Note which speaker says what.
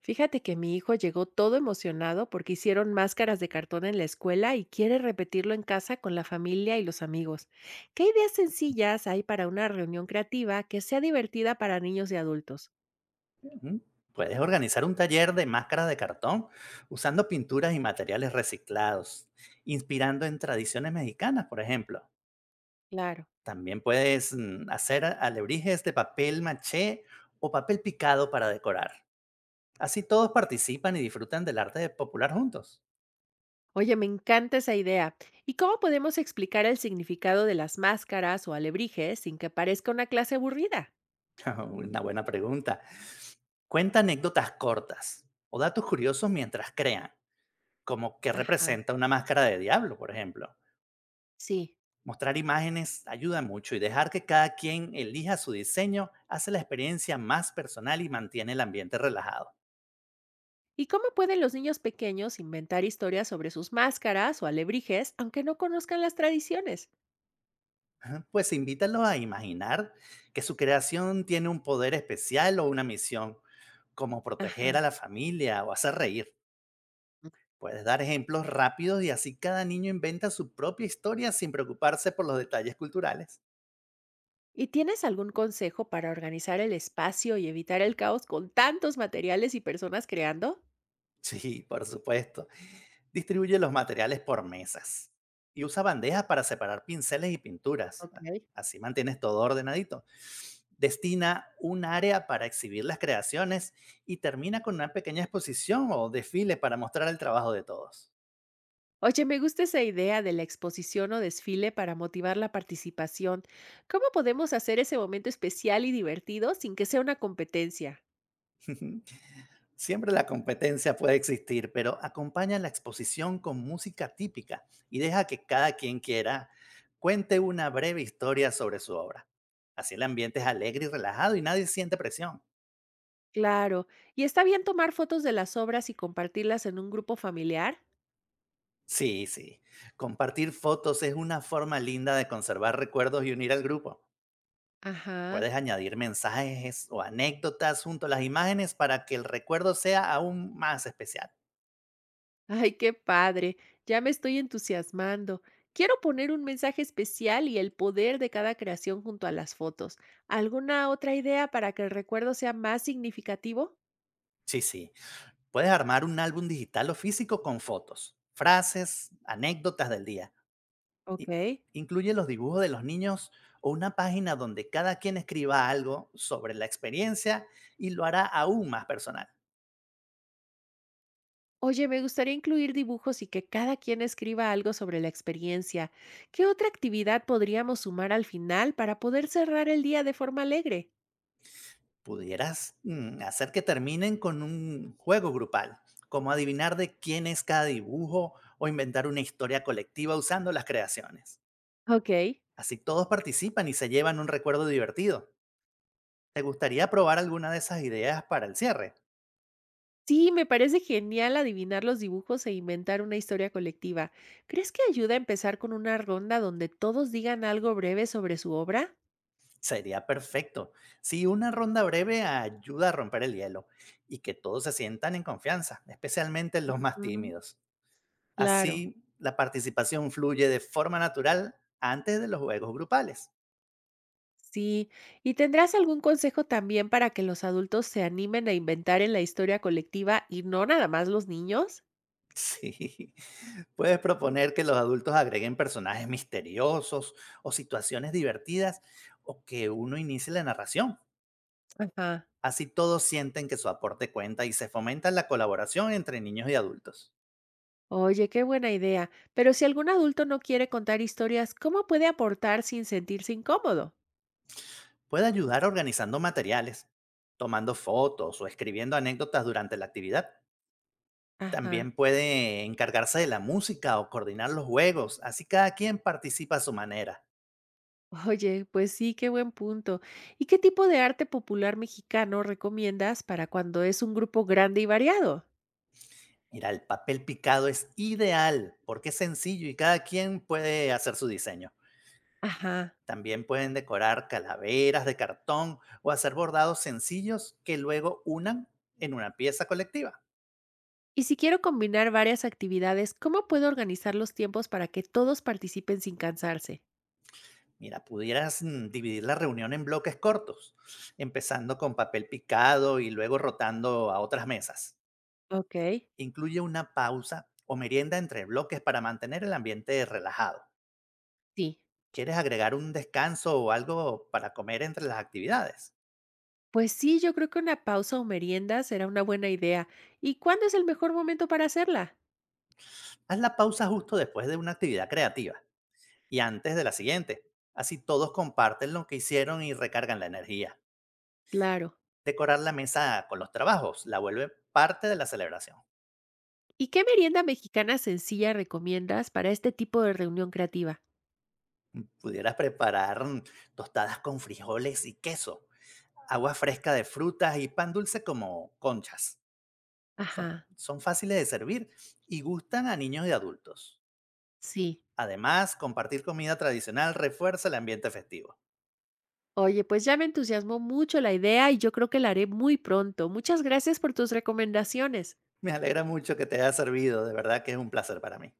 Speaker 1: Fíjate que mi hijo llegó todo emocionado porque hicieron máscaras de cartón en la escuela y quiere repetirlo en casa con la familia y los amigos. ¿Qué ideas sencillas hay para una reunión creativa que sea divertida para niños y adultos?
Speaker 2: ¿Mm? Puedes organizar un taller de máscaras de cartón usando pinturas y materiales reciclados, inspirando en tradiciones mexicanas, por ejemplo.
Speaker 1: Claro.
Speaker 2: También puedes hacer alebrijes de papel maché o papel picado para decorar. Así todos participan y disfrutan del arte popular juntos.
Speaker 1: Oye, me encanta esa idea. ¿Y cómo podemos explicar el significado de las máscaras o alebrijes sin que parezca una clase aburrida?
Speaker 2: Una buena pregunta. Cuenta anécdotas cortas o datos curiosos mientras crean, como qué
Speaker 1: Ajá.
Speaker 2: representa una máscara de diablo, por ejemplo.
Speaker 1: Sí.
Speaker 2: Mostrar imágenes ayuda mucho y dejar que cada quien elija su diseño hace la experiencia más personal y mantiene el ambiente relajado.
Speaker 1: ¿Y cómo pueden los niños pequeños inventar historias sobre sus máscaras o alebrijes aunque no conozcan las tradiciones?
Speaker 2: Pues invítalos a imaginar que su creación tiene un poder especial o una misión, como proteger
Speaker 1: Ajá.
Speaker 2: a la familia o hacer reír. Puedes dar ejemplos rápidos y así cada niño inventa su propia historia sin preocuparse por los detalles culturales.
Speaker 1: ¿Y tienes algún consejo para organizar el espacio y evitar el caos con tantos materiales y personas creando?
Speaker 2: Sí, por supuesto. Distribuye los materiales por mesas y usa bandejas para separar pinceles y pinturas.
Speaker 1: Ok.
Speaker 2: Ah, así mantienes todo ordenadito. Destina un área para exhibir las creaciones y termina con una pequeña exposición o desfile para mostrar el trabajo de todos.
Speaker 1: Oye, me gusta esa idea de la exposición o desfile para motivar la participación. ¿Cómo podemos hacer ese momento especial y divertido sin que sea una competencia?
Speaker 2: Siempre la competencia puede existir, pero acompaña la exposición con música típica y deja que cada quien quiera cuente una breve historia sobre su obra. Así el ambiente es alegre y relajado y nadie siente presión.
Speaker 1: Claro, ¿y está bien tomar fotos de las obras y compartirlas en un grupo familiar?
Speaker 2: Sí, sí. Compartir fotos es una forma linda de conservar recuerdos y unir al grupo.
Speaker 1: Ajá.
Speaker 2: Puedes añadir mensajes o anécdotas junto a las imágenes para que el recuerdo sea aún más especial.
Speaker 1: Ay, qué padre, ya me estoy entusiasmando. Quiero poner un mensaje especial y el poder de cada creación junto a las fotos. ¿Alguna otra idea para que el recuerdo sea más significativo?
Speaker 2: Sí, sí. Puedes armar un álbum digital o físico con fotos, frases, anécdotas del día.
Speaker 1: Ok.
Speaker 2: I- Incluye los dibujos de los niños o una página donde cada quien escriba algo sobre la experiencia y lo hará aún más personal.
Speaker 1: Oye, me gustaría incluir dibujos y que cada quien escriba algo sobre la experiencia. ¿Qué otra actividad podríamos sumar al final para poder cerrar el día de forma alegre?
Speaker 2: Pudieras hacer que terminen con un juego grupal, como adivinar de quién es cada dibujo o inventar una historia colectiva usando las creaciones.
Speaker 1: Ok.
Speaker 2: Así todos participan y se llevan un recuerdo divertido. ¿Te gustaría probar alguna de esas ideas para el cierre?
Speaker 1: Sí, me parece genial adivinar los dibujos e inventar una historia colectiva. ¿Crees que ayuda a empezar con una ronda donde todos digan algo breve sobre su obra?
Speaker 2: Sería perfecto. Sí, una ronda breve ayuda a romper el hielo y que todos se sientan en confianza, especialmente los más
Speaker 1: Ujú.
Speaker 2: tímidos.
Speaker 1: Claro,
Speaker 2: Así, la participación fluye de forma natural antes de los juegos grupales.
Speaker 1: sí. ¿Y tendrás algún consejo también para que los adultos se animen a inventar en la historia colectiva y no nada más los niños?
Speaker 2: Sí, puedes proponer que los adultos agreguen personajes misteriosos o situaciones divertidas o que uno inicie la narración.
Speaker 1: Ajá.
Speaker 2: Así todos sienten que su aporte cuenta y se fomenta la colaboración entre niños y adultos.
Speaker 1: Oye, qué buena idea. Pero si algún adulto no quiere contar historias, ¿cómo puede aportar sin sentirse incómodo?
Speaker 2: Puede ayudar organizando materiales, tomando fotos o escribiendo anécdotas durante la actividad.
Speaker 1: Ajá.
Speaker 2: También puede encargarse de la música o coordinar los juegos, así cada quien participa a su manera.
Speaker 1: Oye, pues sí, qué buen punto. ¿Y qué tipo de arte popular mexicano recomiendas para cuando es un grupo grande y variado?
Speaker 2: Mira, el papel picado es ideal porque es sencillo y cada quien puede hacer su diseño.
Speaker 1: Ajá.
Speaker 2: También pueden decorar calaveras de cartón o hacer bordados sencillos que luego unan en una pieza colectiva.
Speaker 1: Y si quiero combinar varias actividades, ¿cómo puedo organizar los tiempos para que todos participen sin cansarse?
Speaker 2: Mira, pudieras dividir la reunión en bloques cortos, empezando con papel picado y luego rotando a otras mesas.
Speaker 1: Ok.
Speaker 2: Incluye una pausa o merienda entre bloques para mantener el ambiente relajado.
Speaker 1: Sí.
Speaker 2: ¿Quieres agregar un descanso o algo para comer entre las actividades?
Speaker 1: Pues sí, yo creo que una pausa o merienda será una buena idea. ¿Y cuándo es el mejor momento para hacerla?
Speaker 2: Haz la pausa justo después de una actividad creativa y antes de la siguiente. Así todos comparten lo que hicieron y recargan la energía.
Speaker 1: Claro.
Speaker 2: Decorar la mesa con los trabajos la vuelve parte de la celebración.
Speaker 1: ¿Y qué merienda mexicana sencilla recomiendas para este tipo de reunión creativa?
Speaker 2: Pudieras preparar tostadas con frijoles y queso, agua fresca de frutas y pan dulce como conchas. Son,
Speaker 1: Ajá.
Speaker 2: son fáciles de servir y gustan a niños y adultos.
Speaker 1: Sí.
Speaker 2: Además, compartir comida tradicional refuerza el ambiente festivo.
Speaker 1: Oye, pues ya me entusiasmó mucho la idea y yo creo que la haré muy pronto. Muchas gracias por tus recomendaciones.
Speaker 2: Me alegra mucho que te haya servido, de verdad que es un placer para mí.